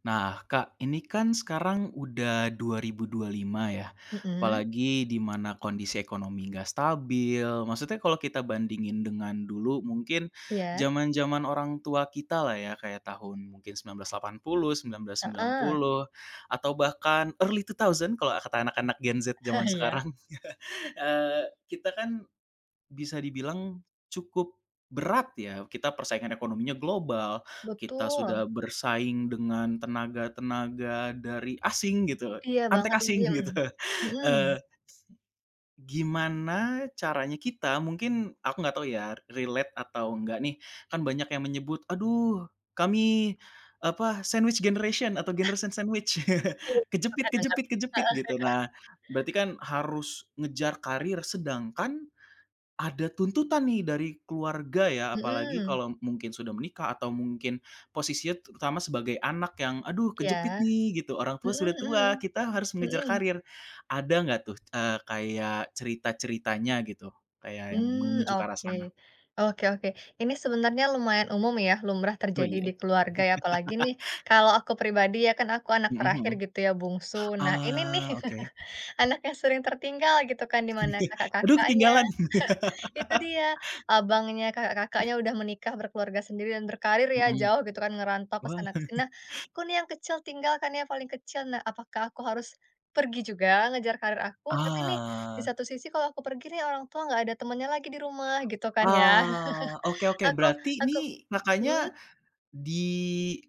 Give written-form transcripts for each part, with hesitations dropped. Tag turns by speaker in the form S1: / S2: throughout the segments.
S1: Nah, Kak, ini kan sekarang udah dua dua ribu dua puluh lima ya,
S2: Mhm,
S1: apalagi di mana kondisi ekonomi nggak stabil. Maksudnya kalau kita bandingin dengan dulu mungkin
S2: iya,
S1: zaman-zaman orang tua kita lah ya, kayak tahun mungkin sembilan sembilan ratus delapan puluh, seribu sembilan ratus sembilan
S2: heeh,
S1: puluh, atau bahkan early 2000 kalau kata anak-anak Gen Z zaman
S2: iya,
S1: sekarang. Kita kan bisa dibilang cukup berat ya, kita persaingan ekonominya global, kita
S2: betul,
S1: sudah bersaing dengan tenaga-tenaga dari asing gitu,
S2: iya banget
S1: antek asing
S2: lagi, mhm,
S1: gitu.
S2: mhm.
S1: eee, Gimana caranya kita, mungkin aku nggak tahu ya relate atau enggak nih, kan banyak yang menyebut, "Aduh, kami apa, sandwich generation atau generation sandwich,"
S2: Iya,
S1: kejepit
S2: kadang kan.
S1: kejepit kejepit gitu. Nah, berarti kan harus ngejar karir, sedangkan ada tuntutan nih dari keluarga ya, apalagi
S2: Mhm,
S1: kalau mungkin sudah menikah, atau mungkin posisinya terutama sebagai anak yang, "Aduh, kejepit
S2: iya,
S1: nih," gitu, "orang tua
S2: mhm
S1: sudah tua,
S2: mhm
S1: kita harus mengejar
S2: mhm,
S1: karir." Ada nggak tuh, kayak cerita-ceritanya gitu, kayak yang
S2: mmm,
S1: menuju ke arah
S2: oke.
S1: sana?
S2: Oke oke, ini sebenarnya lumayan umum ya, lumrah
S1: Oh
S2: terjadi
S1: iya?
S2: di keluarga ya, apalagi nih kalau aku pribadi ya kan aku anak
S1: Mhm,
S2: terakhir
S1: mhm.
S2: gitu ya, bungsu. Nah ini nih,
S1: Ah, oke.
S2: anak yang sering tertinggal gitu kan, di mana
S1: Aduh,
S2: kakak-kakaknya
S1: ketinggalan.
S2: itu dia, abangnya, kakak-kakaknya udah menikah, berkeluarga sendiri, dan berkarir ya,
S1: Mhm.
S2: jauh gitu kan, ngerantau ke
S1: Wah.
S2: sana ke sini. Nah, aku nih yang kecil tinggal kan ya, paling kecil. Nah, apakah aku harus pergi juga ngejar karir aku? Tapi nih, di
S1: Ah.
S2: satu sisi kalau aku pergi nih, orang tua nggak ada temennya lagi di rumah, gitu kan ya.
S1: Ah, oke, oke,
S2: Aku
S1: berarti
S2: aku
S1: nih,
S2: hmm,
S1: Kakaknya Di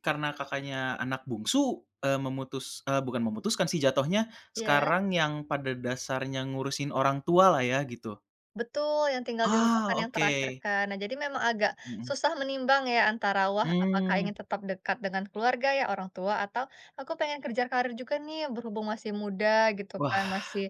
S1: karena Kakaknya anak bungsu, bukan memutuskan sih jatuhnya,
S2: ya,
S1: sekarang yang pada dasarnya ngurusin orang tua lah ya gitu?
S2: betul, yang tinggal di rumah
S1: Ah,
S2: kan yang
S1: oke.
S2: terakhir kan. Nah, jadi memang agak
S1: Mhm.
S2: susah menimbang ya antara wah apakah
S1: Mmm.
S2: ingin tetap dekat dengan keluarga ya orang tua atau aku pengen kerja karir juga nih berhubung masih muda gitu kan,
S1: Wah,
S2: masih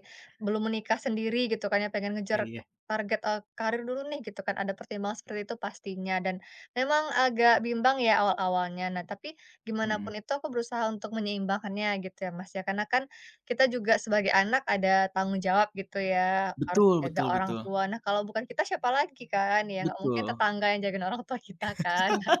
S2: belum menikah sendiri gitu kan ya pengen ngejar
S1: iya, iya.
S2: target, eh, karir dulu nih gitu kan, ada pertimbangan seperti itu pastinya dan memang agak bimbang ya awal-awalnya. Nah, tapi gimana
S1: Mhm.
S2: pun itu aku berusaha untuk menyeimbangkannya gitu ya Mas ya. Karena kan kita juga sebagai anak ada tanggung jawab gitu ya, harus
S1: Betul,
S2: jaga
S1: betul,
S2: orang
S1: betul.
S2: tua. Nah, kalau bukan kita siapa lagi kan, ya nggak mungkin
S1: Betul.
S2: tetangga yang jagain orang tua kita kan.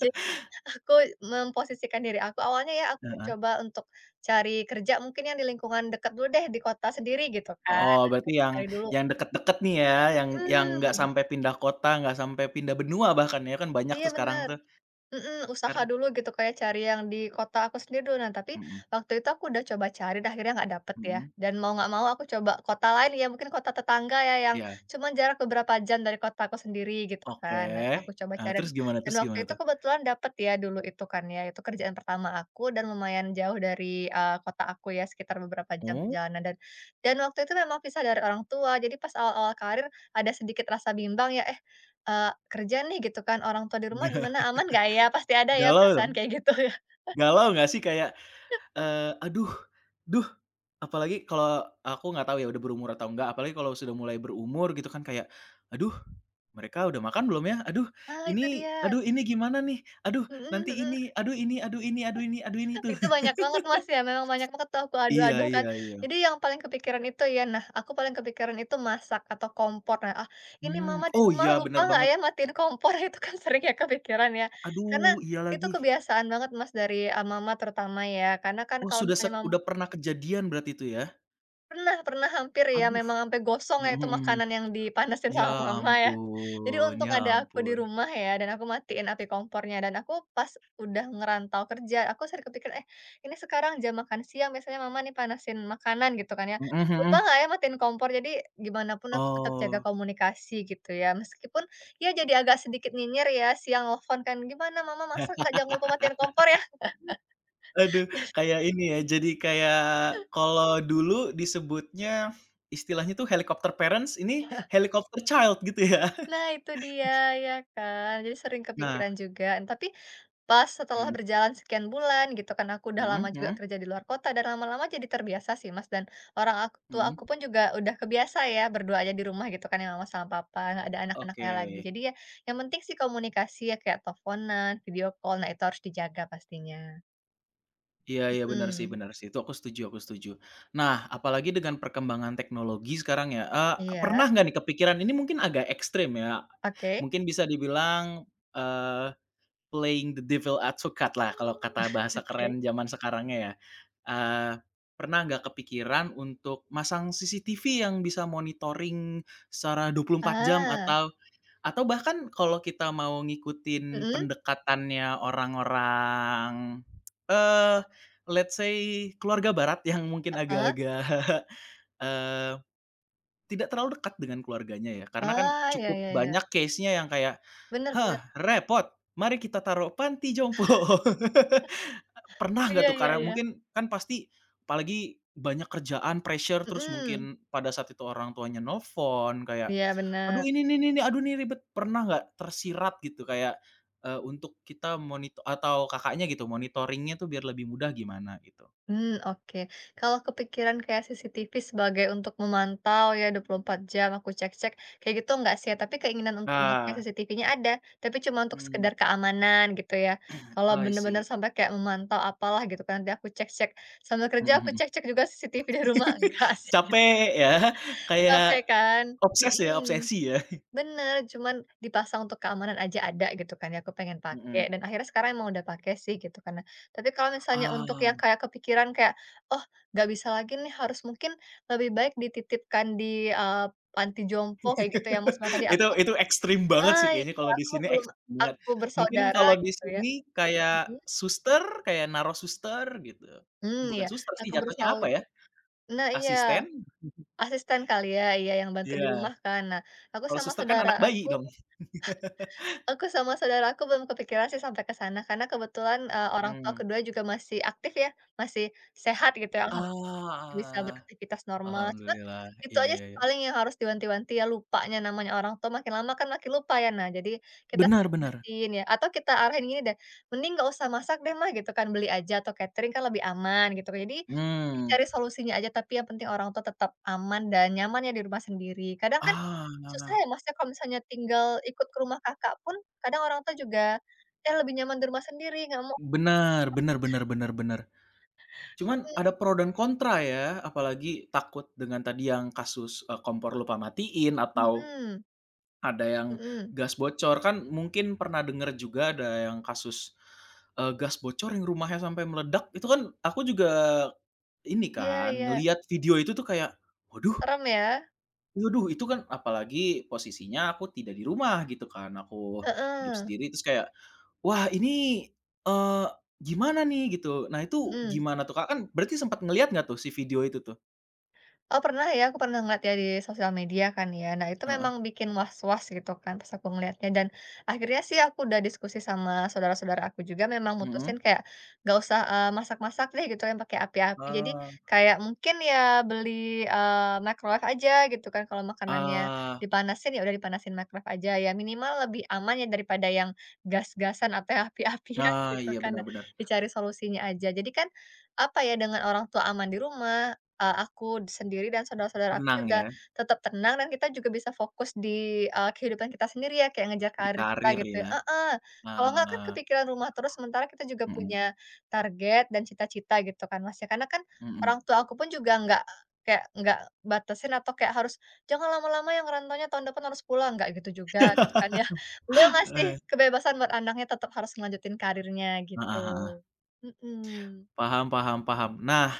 S2: Jadi aku memposisikan diri aku, awalnya ya aku
S1: Heeh.
S2: coba untuk cari kerja mungkin yang di lingkungan dekat dulu deh, di kota sendiri gitu kan.
S1: Oh,
S2: Nah,
S1: berarti
S2: coba cari dulu,
S1: yang deket-deket nih ya, yang nggak
S2: mhm,
S1: sampai pindah kota, nggak sampai pindah benua bahkan ya, kan banyak
S2: iya
S1: tuh sekarang
S2: bener.
S1: tuh
S2: Mhm, usaha
S1: kan.
S2: dulu gitu kayak cari yang di kota aku sendiri dulu. Nah, tapi
S1: Mhm,
S2: waktu itu aku udah coba cari dan akhirnya nggak dapet ya.
S1: mhm.
S2: Dan mau nggak mau aku coba kota lain ya, mungkin kota tetangga ya yang
S1: Iya.
S2: cuman jarak beberapa jam dari kota aku sendiri gitu
S1: Oke.
S2: kan. Nah, aku coba cari
S1: Terus gimana
S2: dan
S1: terus
S2: waktu
S1: gimana
S2: itu
S1: tuh?
S2: kebetulan dapet ya dulu itu kan ya, itu kerjaan pertama aku dan lumayan jauh dari, kota aku ya sekitar beberapa jam
S1: Oh.
S2: perjalanan dan waktu itu memang pisah dari orang tua. Jadi pas awal-awal karir ada sedikit rasa bimbang ya, "Eh, kerja nih gitu kan, orang tua di rumah gimana, aman nggak ya?" Pasti ada ya
S1: Galau
S2: perasaan
S1: dong,
S2: kayak gitu ya.
S1: galau nggak sih kayak, "Aduh, duh." Apalagi, kalau aku nggak tahu ya udah berumur atau enggak, apalagi kalau sudah mulai berumur gitu kan kayak, "Aduh, mereka udah makan belum ya? Aduh,
S2: Ah, itu
S1: ini,
S2: dia,
S1: aduh ini gimana nih? Aduh,
S2: mhm
S1: nanti ini,
S2: mhm,
S1: aduh ini, aduh ini, aduh ini, aduh ini," tuh.
S2: itu banyak banget Mas ya, memang banyak banget tuh aku
S1: Iya,
S2: adu-adu kan.
S1: iya, iya.
S2: Jadi yang paling kepikiran itu ya, nah aku paling kepikiran itu masak atau kompor. Nah, ah, ini
S1: Mmm,
S2: mama di
S1: oh
S2: rumah
S1: iya,
S2: lupa
S1: bener
S2: nggak
S1: banget.
S2: ya matiin kompor, itu kan sering ya kepikiran ya. Karena
S1: Aduh, iya
S2: itu
S1: lagi.
S2: kebiasaan banget Mas dari, mama terutama ya, karena kan
S1: Oh,
S2: kalau
S1: sudah se
S2: misalnya mama
S1: udah pernah kejadian berarti itu ya?
S2: pernah, pernah, hampir ya,
S1: Aduh.
S2: memang sampai gosong
S1: Mhm,
S2: ya itu
S1: mhm, mhm.
S2: makanan yang dipanasin
S1: Ya
S2: sama mama ya. Jadi
S1: ampun,
S2: untung
S1: ya
S2: ada aku di
S1: ampun.
S2: rumah ya, dan aku matiin api kompornya, dan aku pas udah ngerantau kerja, aku sering kepikiran, "Eh, ini sekarang jam makan siang, biasanya mama nih panasin makanan," gitu kan ya.
S1: Mhm,
S2: Lupa
S1: mhm.
S2: nggak ya matiin kompor, jadi gimana pun aku tetap jaga
S1: Oh.
S2: komunikasi gitu ya. Meskipun ya jadi agak sedikit nyinyir ya, siang telepon kan, "Gimana mama masak nggak? Jangan lupa matiin kompor ya."
S1: Aduh, kayak ini ya, jadi kayak kalau dulu disebutnya, istilahnya tuh helicopter parents, ini helicopter child gitu ya.
S2: Nah itu dia, ya kan. Jadi sering
S1: Nah.
S2: kepikiran juga, tapi pas setelah
S1: Mhm,
S2: berjalan sekian bulan gitu kan, aku udah
S1: mhm,
S2: lama, mmm, juga
S1: mhm,
S2: kerja di luar kota dan lama-lama jadi terbiasa sih, Mas, dan orang tua
S1: mhm.
S2: aku pun juga udah kebiasa ya berdua aja di rumah gitu kan ya mama sama papa, nggak ada
S1: Oke.
S2: anak-anaknya lagi. Jadi ya yang penting sih komunikasi ya kayak teleponan, video call, nah itu harus dijaga pastinya.
S1: Iya, iya, benar sih,
S2: Mhm.
S1: benar sih, itu aku setuju, aku setuju. Nah, apalagi dengan perkembangan teknologi sekarang ya,
S2: Iya,
S1: pernah nggak nih kepikiran ini, mungkin agak ekstrim ya,
S2: oke
S1: mungkin bisa dibilang, eee playing the devil advocate lah kalau kata bahasa
S2: oke.
S1: keren zaman sekarangnya ya. Eee, Pernah nggak kepikiran untuk masang CCTV yang bisa monitoring secara 24 jam,
S2: Ah,
S1: atau bahkan kalau kita mau ngikutin
S2: mhm,
S1: pendekatannya orang-orang, eee, let's say keluarga barat yang mungkin
S2: heeh.
S1: agak-agak, eee, tidak terlalu dekat dengan keluarganya ya, karena kan
S2: Oh, ya,
S1: cukup
S2: ya, iya.
S1: banyak case-nya yang kayak,
S2: Bener bener.
S1: hah, repot. Mari kita taruh panti jompo. Pernah nggak
S2: Iya
S1: tuh,
S2: iya
S1: karena
S2: iya.
S1: mungkin kan pasti apalagi banyak kerjaan, pressure, terus
S2: Mhm.
S1: mungkin pada saat itu orang tuanya nelfon kayak,
S2: Iya
S1: "Aduh,
S2: bener.
S1: ini nih, aduh ini ribet." Pernah nggak tersirat gitu kayak, untuk kita monitor atau Kakaknya gitu monitoringnya tuh biar lebih mudah gimana gitu?
S2: Hmm, oke. Kalau kepikiran kayak CCTV sebagai untuk memantau ya 24 jam aku cek-cek, kayak gitu enggak sih ya, tapi keinginan untuk memakai
S1: Nah,
S2: CCTV-nya ada, tapi cuma untuk
S1: mmm,
S2: sekedar keamanan gitu ya. Kalau
S1: I
S2: bener-bener
S1: see.
S2: sampai kayak memantau apalah gitu kan, nanti aku cek-cek, sambil kerja aku cek-cek juga CCTV di rumah, enggak sih.
S1: Capek ya,
S2: Capek
S1: kayak
S2: kan?
S1: obses ya,
S2: Mhm.
S1: obsesi ya?
S2: Bener, cuman dipasang untuk keamanan aja ada gitu kan ya, aku pengen pakai
S1: Mhm.
S2: dan akhirnya sekarang emang udah pakai sih gitu kan. Nah, tapi kalau misalnya untuk yang
S1: Ah.
S2: kayak kepikiran kayak, "Oh, nggak bisa lagi nih harus mungkin lebih baik dititipkan di, eee, panti jompo," kayak gitu ya, Mas, nah tadi
S1: Itu
S2: aku,
S1: itu ekstrim banget sih
S2: ah,
S1: kayaknya,
S2: iya,
S1: kalau di
S2: aku
S1: sini
S2: belum
S1: ekstrim banget.
S2: aku
S1: Mungkin
S2: bersaudara
S1: kalau di
S2: gitu ya,
S1: sini kayak
S2: mhm,
S1: suster, kayak naruh suster gitu.
S2: mmm,
S1: Bukan
S2: iya,
S1: suster sih
S2: aku
S1: jatuhnya, apa
S2: bersaudara.
S1: ya,
S2: Nah iya,
S1: asisten?
S2: asisten kali ya, iya yang bantu di
S1: Iya,
S2: rumah kan. Nah, aku
S1: kalau
S2: sama
S1: suster kan
S2: saudara
S1: anak bayi
S2: aku
S1: dong.
S2: Aku sama saudara aku belum kepikiran sih sampai ke sana, karena kebetulan, orang tua
S1: Mmm.
S2: kedua juga masih aktif ya, masih sehat gitu ya, bisa
S1: Ah,
S2: beraktivitas normal, cuma
S1: alhamdulillah.
S2: itu
S1: Iya,
S2: aja
S1: iya,
S2: sih
S1: iya.
S2: paling yang harus diwanti-wanti ya, lupanya namanya orang tua makin lama kan makin lupa ya. Nah, jadi kita
S1: Benar,
S2: sering
S1: benar.
S2: ingetin ya, atau kita arahin gini deh, "Mending nggak usah masak deh, Mah," gitu kan, "beli aja atau catering kan lebih aman," gitu. Jadi
S1: Mmm.
S2: dicari solusinya aja, tapi yang penting orang tua tetap aman dan nyaman ya di rumah sendiri. Kadang kan
S1: Ah,
S2: susah ya, maksudnya kalau misalnya tinggal ikut ke rumah kakak pun kadang orang tua juga, ya lebih nyaman di rumah sendiri, nggak mau
S1: benar, benar, benar, benar, benar. Cuman
S2: nih."
S1: ada pro dan kontra ya, apalagi takut dengan tadi yang kasus, kompor lupa matiin, atau
S2: Mhm
S1: ada yang
S2: mhm.
S1: gas bocor. Kan mungkin pernah denger juga ada yang kasus, gas bocor yang rumahnya sampai meledak. Itu kan aku juga ini
S2: Iya
S1: kan,
S2: iya,
S1: ngelihat video itu tuh kayak, waduh,
S2: serem ya.
S1: waduh, itu kan apalagi posisinya aku tidak di rumah gitu kan, aku hidup
S2: Heeh,
S1: sendiri, terus kayak, wah ini, eee, gimana nih gitu. Nah itu
S2: mhm.
S1: gimana tuh, Kak? Kan berarti sempat ngelihat nggak tuh si video itu tuh?
S2: Oh pernah ya, aku pernah ngeliat ya di sosial media kan ya. Nah itu
S1: Heeh,
S2: memang bikin was-was gitu kan pas aku ngeliatnya dan akhirnya sih aku udah diskusi sama saudara-saudara aku juga memang
S1: mhm.
S2: mutusin kayak gak usah, masak-masak deh gitu yang pakai api-api. Jadi
S1: Ah,
S2: kayak mungkin ya beli, microwave aja gitu kan kalau makanannya
S1: ah,
S2: dipanasin, ya udah dipanasin microwave aja ya minimal lebih aman ya daripada yang gas-gasan atau yang api-apian.
S1: nah
S2: Gitu
S1: iya,
S2: kan.
S1: benar,
S2: Nah
S1: benar.
S2: dicari solusinya aja. Jadi kan, apa ya, dengan orang tua aman di rumah, aku sendiri dan saudara-saudara aku
S1: Tenang ya,
S2: juga tetap tenang dan kita juga bisa fokus di, kehidupan kita sendiri ya, kayak ngejar
S1: di
S2: karir kita
S1: karir
S2: gitu ya,
S1: ya.
S2: heeh, kalau nggak kan
S1: Eee,
S2: kepikiran rumah terus, sementara kita juga
S1: mhm,
S2: punya target dan cita-cita gitu kan, Mas, ya. Karena kan
S1: mhm.
S2: orang tua aku pun juga nggak kayak nggak batasin atau kayak harus, "Jangan lama-lama yang ngerantaunya, tahun depan harus pulang." Nggak gitu juga gitu kan ya. Beliau ngasih
S1: Heeh.
S2: kebebasan buat anaknya tetap harus ngelanjutin karirnya gitu.
S1: Heeh, heeh.
S2: Mhm,
S1: Paham, paham, paham. Nah,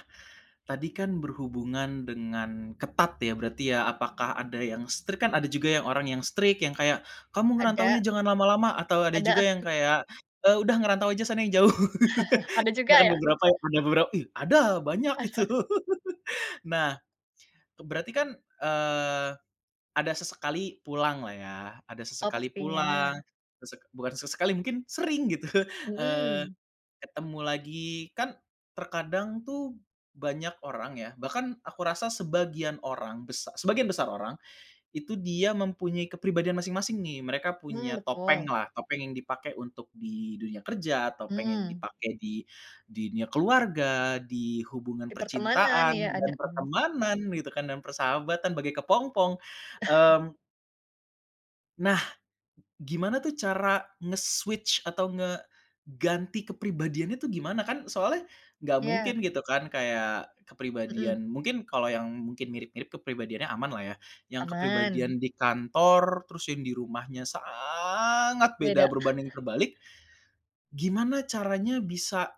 S1: tadi kan berhubungan dengan ketat ya berarti ya, apakah ada yang strict. Kan ada juga yang orang yang strict yang kayak, "Kamu ngerantaunya
S2: ada
S1: jangan lama-lama," atau ada juga
S2: ada,
S1: yang kayak, "Udah ngerantau aja sana yang jauh."
S2: ada juga
S1: Ada kan
S2: ya?
S1: beberapa yang, ada beberapa, ih ada banyak itu. Nah, berarti kan, eee, ada sesekali pulanglah ya, ada
S2: Oh
S1: sesekali
S2: pastinya,
S1: pulang, sesek bukan sesekali mungkin sering gitu, eee
S2: mhm,
S1: ketemu lagi. Kan terkadang tuh banyak orang ya, bahkan aku rasa sebagian besar orang, itu dia mempunyai kepribadian masing-masing nih. Mereka
S2: mhm,
S1: punya topeng
S2: betul,
S1: lah, topeng yang dipakai untuk di dunia kerja, topeng yang
S2: mmm,
S1: dipakai di dunia keluarga, di hubungan
S2: di pertemanan
S1: percintaan
S2: ya
S1: dan
S2: ada, mmm,
S1: pertemanan gitu kan, dan persahabatan bagai kepompong. Mmm, nah, gimana tuh cara nge-switch atau ngeganti kepribadiannya tuh gimana? Kan soalnya nggak
S2: iya,
S1: mungkin gitu kan kayak
S2: mhm,
S1: kepribadian, mungkin kalau yang mungkin mirip-mirip kepribadiannya aman lah ya, yang
S2: aman,
S1: kepribadian di kantor, terus yang di rumahnya sangat
S2: beda.
S1: beda berbanding terbalik, gimana caranya bisa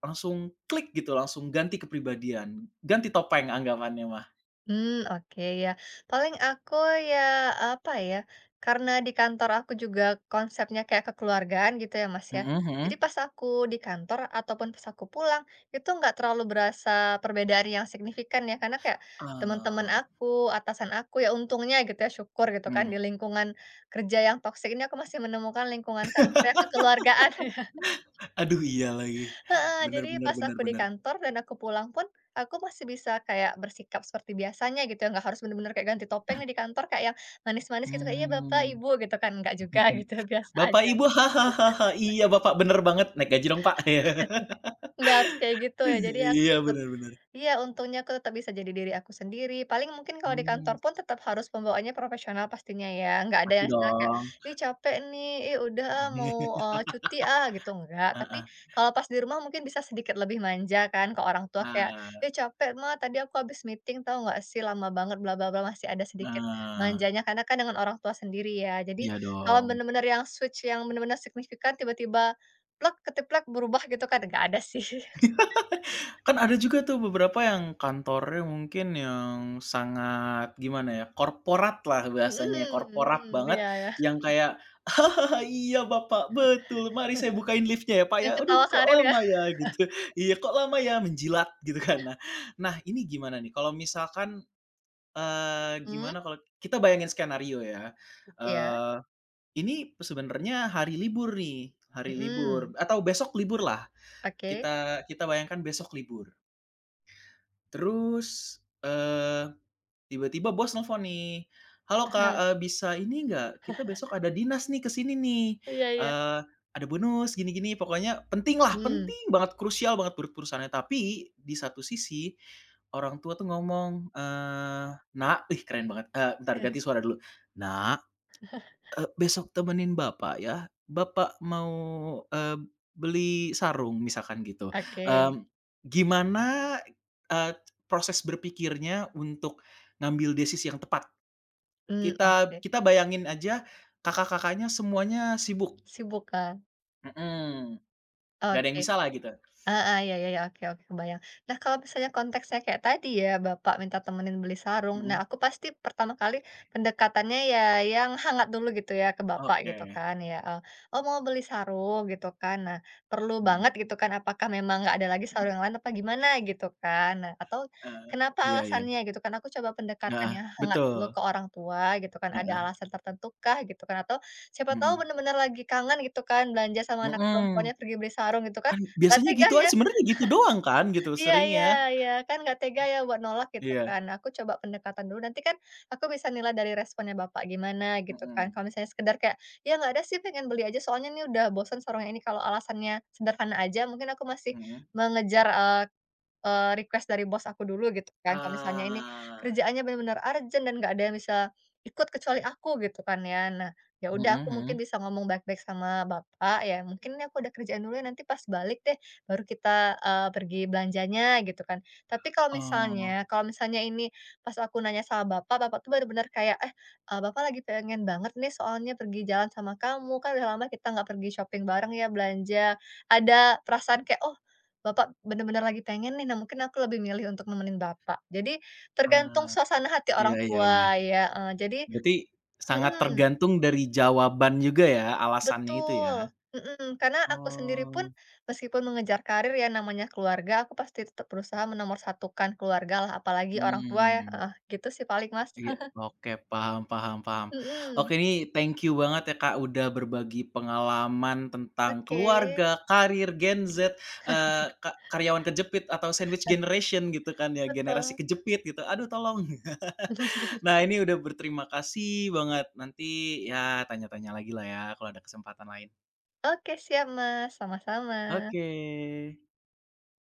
S1: langsung klik gitu, langsung ganti kepribadian, ganti topeng anggapannya mah?
S2: Hmm, oke ya. Paling aku ya, apa ya, karena di kantor aku juga konsepnya kayak kekeluargaan gitu ya, Mas, ya.
S1: Mhm, mhm.
S2: Jadi pas aku di kantor ataupun pas aku pulang, itu nggak terlalu berasa perbedaan yang signifikan ya, karena kayak teman-teman
S1: Oh,
S2: aku, atasan aku, ya untungnya gitu ya, syukur gitu kan
S1: mmm.
S2: di lingkungan kerja yang toksik ini aku masih menemukan lingkungan kantor yang kekeluargaan.
S1: Aduh, iya lagi.
S2: Heeh,
S1: Bener,
S2: jadi
S1: bener,
S2: pas
S1: bener,
S2: aku di
S1: bener.
S2: kantor dan aku pulang pun, aku masih bisa kayak bersikap seperti biasanya gitu ya, nggak harus bener-bener kayak ganti topeng nih di kantor kayak yang manis-manis gitu, kayak, "Iya Bapak,
S1: Mmm.
S2: Ibu," gitu kan, nggak juga, gitu, biasa
S1: Bapak
S2: aja.
S1: Ibu, hahaha, iya Bapak bener banget, naik gaji dong Pak.
S2: Nggak harus kayak gitu ya, jadi aku
S1: Iya,
S2: tetap,
S1: benar-benar.
S2: iya, untungnya aku tetap bisa jadi diri aku sendiri. Paling mungkin kalau di kantor
S1: Mmm,
S2: pun tetap harus pembawaannya profesional pastinya ya. Nggak ada
S1: pasti
S2: yang istilah kayak,
S1: dong.
S2: "Ih, capek nih, ih, udah ah, mau, cuti ah," gitu, nggak? Tapi
S1: Heeh.
S2: kalau pas di rumah mungkin bisa sedikit lebih manja kan ke orang tua kayak,
S1: Nah,
S2: "Ih, capek Ma, tadi aku habis meeting tahu nggak sih, lama banget bla bla bla," masih ada sedikit
S1: nah,
S2: manjanya karena kan dengan orang tua sendiri ya. Jadi
S1: iya
S2: kalau
S1: dong.
S2: bener-bener yang switch yang bener-bener signifikan tiba-tiba plek, keteplek, berubah gitu kan nggak ada sih.
S1: Kan ada juga tuh beberapa yang kantornya mungkin yang sangat, gimana ya, korporat lah
S2: Mhm
S1: bahasanya, korporat
S2: mhm,
S1: banget,
S2: iya iya.
S1: yang kayak, "Ah, iya Bapak, betul, mari saya bukain liftnya ya Pak ya,
S2: Yang
S1: aduh
S2: ketawa
S1: kok
S2: karir ya?
S1: lama ya," gitu, iya kok lama ya, menjilat gitu kan. Nah, nah, ini gimana nih kalau misalkan,
S2: Mmm,
S1: gimana kalau kita bayangin skenario ya,
S2: iya,
S1: eee, ini sebenarnya hari libur nih, hari libur
S2: mhm,
S1: atau besok libur lah,
S2: oke.
S1: kita kita bayangkan besok libur. Terus, tiba-tiba bos nelfon nih, "Halo Kak, bisa ini nggak, kita besok ada dinas nih ke sini nih,
S2: Iya iya,
S1: eee, ada bonus gini-gini." Pokoknya penting lah,
S2: mmm,
S1: penting banget, krusial banget buat perusahaannya. Tapi di satu sisi, orang tua tuh ngomong, "Nak," ih keren banget, bentar ganti suara dulu, "Nak, besok temenin bapak ya, bapak mau, eee, beli sarung misalkan gitu,"
S2: oke,
S1: mmm, gimana, eee, proses berpikirnya untuk ngambil desis yang tepat?
S2: mmm,
S1: Kita
S2: oke.
S1: kita bayangin aja, kakak-kakaknya semuanya sibuk,
S2: Sibuk kan?
S1: mhm, nggak ada yang
S2: Oke.
S1: bisalah gitu,
S2: Heeh, iya iya iya, oke oke kebayang. Nah, kalau misalnya konteksnya kayak tadi ya, Bapak minta temenin beli sarung. Nah,
S1: mhm,
S2: aku pasti pertama kali pendekatannya ya yang hangat dulu gitu ya ke Bapak
S1: oke,
S2: gitu kan ya, "Oh mau beli sarung," gitu kan. Nah, perlu
S1: mhm,
S2: banget gitu kan, apakah memang nggak ada lagi sarung yang lain apa gimana gitu kan. Nah, atau
S1: heeh,
S2: kenapa
S1: iya, iya,
S2: alasannya gitu kan. Aku coba pendekatan
S1: heeh,
S2: yang hangat dulu
S1: betul,
S2: ke orang tua gitu kan, ada
S1: heeh,
S2: alasan tertentu kah gitu kan, atau siapa tahu
S1: mhm,
S2: bener-bener lagi kangen gitu kan belanja sama anak
S1: mhm,
S2: perempuannya pergi beli sarung gitu kan.
S1: kan
S2: Nggak
S1: biasanya
S2: tega
S1: gitu aja
S2: ya?
S1: sebenarnya, gitu doang kan, gitu
S2: Iya iya
S1: seringnya,
S2: iya, kan nggak tega ya buat nolak gitu
S1: iya,
S2: kan. Aku coba pendekatan dulu, nanti kan aku bisa nilai dari responnya bapak gimana gitu
S1: mhm.
S2: kan. Kalau misalnya sekedar kayak, "Ya nggak ada sih, pengen beli aja soalnya ini udah bosan sarung yang ini." Kalau alasannya sederhana aja, mungkin aku masih
S1: Mhm.
S2: mengejar, request dari bos aku dulu gitu kan, kalau misalnya ini
S1: Ah.
S2: kerjaannya benar-benar urgent dan nggak ada yang bisa ikut kecuali aku gitu kan ya. Nah, ya
S1: Mhm,
S2: udah aku mungkin
S1: mhm.
S2: bisa ngomong baik-baik sama bapak, ya mungkin ini aku ada kerjaan dulu ya nanti pas balik deh baru kita, pergi belanjanya gitu kan. Tapi kalau
S1: Oh,
S2: misalnya, ini pas aku nanya sama bapak, bapak tuh benar-benar kayak, "Eh, bapak lagi pengen banget nih soalnya pergi jalan sama kamu, kan udah lama kita nggak pergi shopping bareng ya, belanja." Ada perasaan kayak, "Oh, Bapak bener-bener lagi pengen nih," nah mungkin aku lebih milih untuk nemenin Bapak. Jadi tergantung
S1: ah,
S2: suasana hati
S1: iya,
S2: orang
S1: iya, iya.
S2: tua ya, eee, jadi
S1: Berarti sangat
S2: mhm,
S1: tergantung dari jawaban juga ya, alasannya itu
S2: betul,
S1: ya?
S2: mhm, karena aku sendiri pun
S1: Oh.
S2: meskipun mengejar karir ya namanya keluarga, aku pasti tetap berusaha menomorsatukan keluargalah, apalagi orang tua ya,
S1: Mmm.
S2: heeh, gitu sih paling Mas.
S1: Iya, oke, paham, paham, paham.
S2: Mhm,
S1: Oke, ini thank you banget ya, Kak, udah berbagi pengalaman tentang
S2: oke,
S1: keluarga, karir, Gen Z, eee, ka karyawan kejepit atau sandwich generation gitu kan ya, generasi
S2: betul.
S1: kejepit gitu. Aduh tolong. Nah, ini udah berterima kasih banget. Nanti ya tanya-tanya lagi lah ya kalau ada kesempatan lain.
S2: Oke siap Mas, sama-sama.
S1: Oke.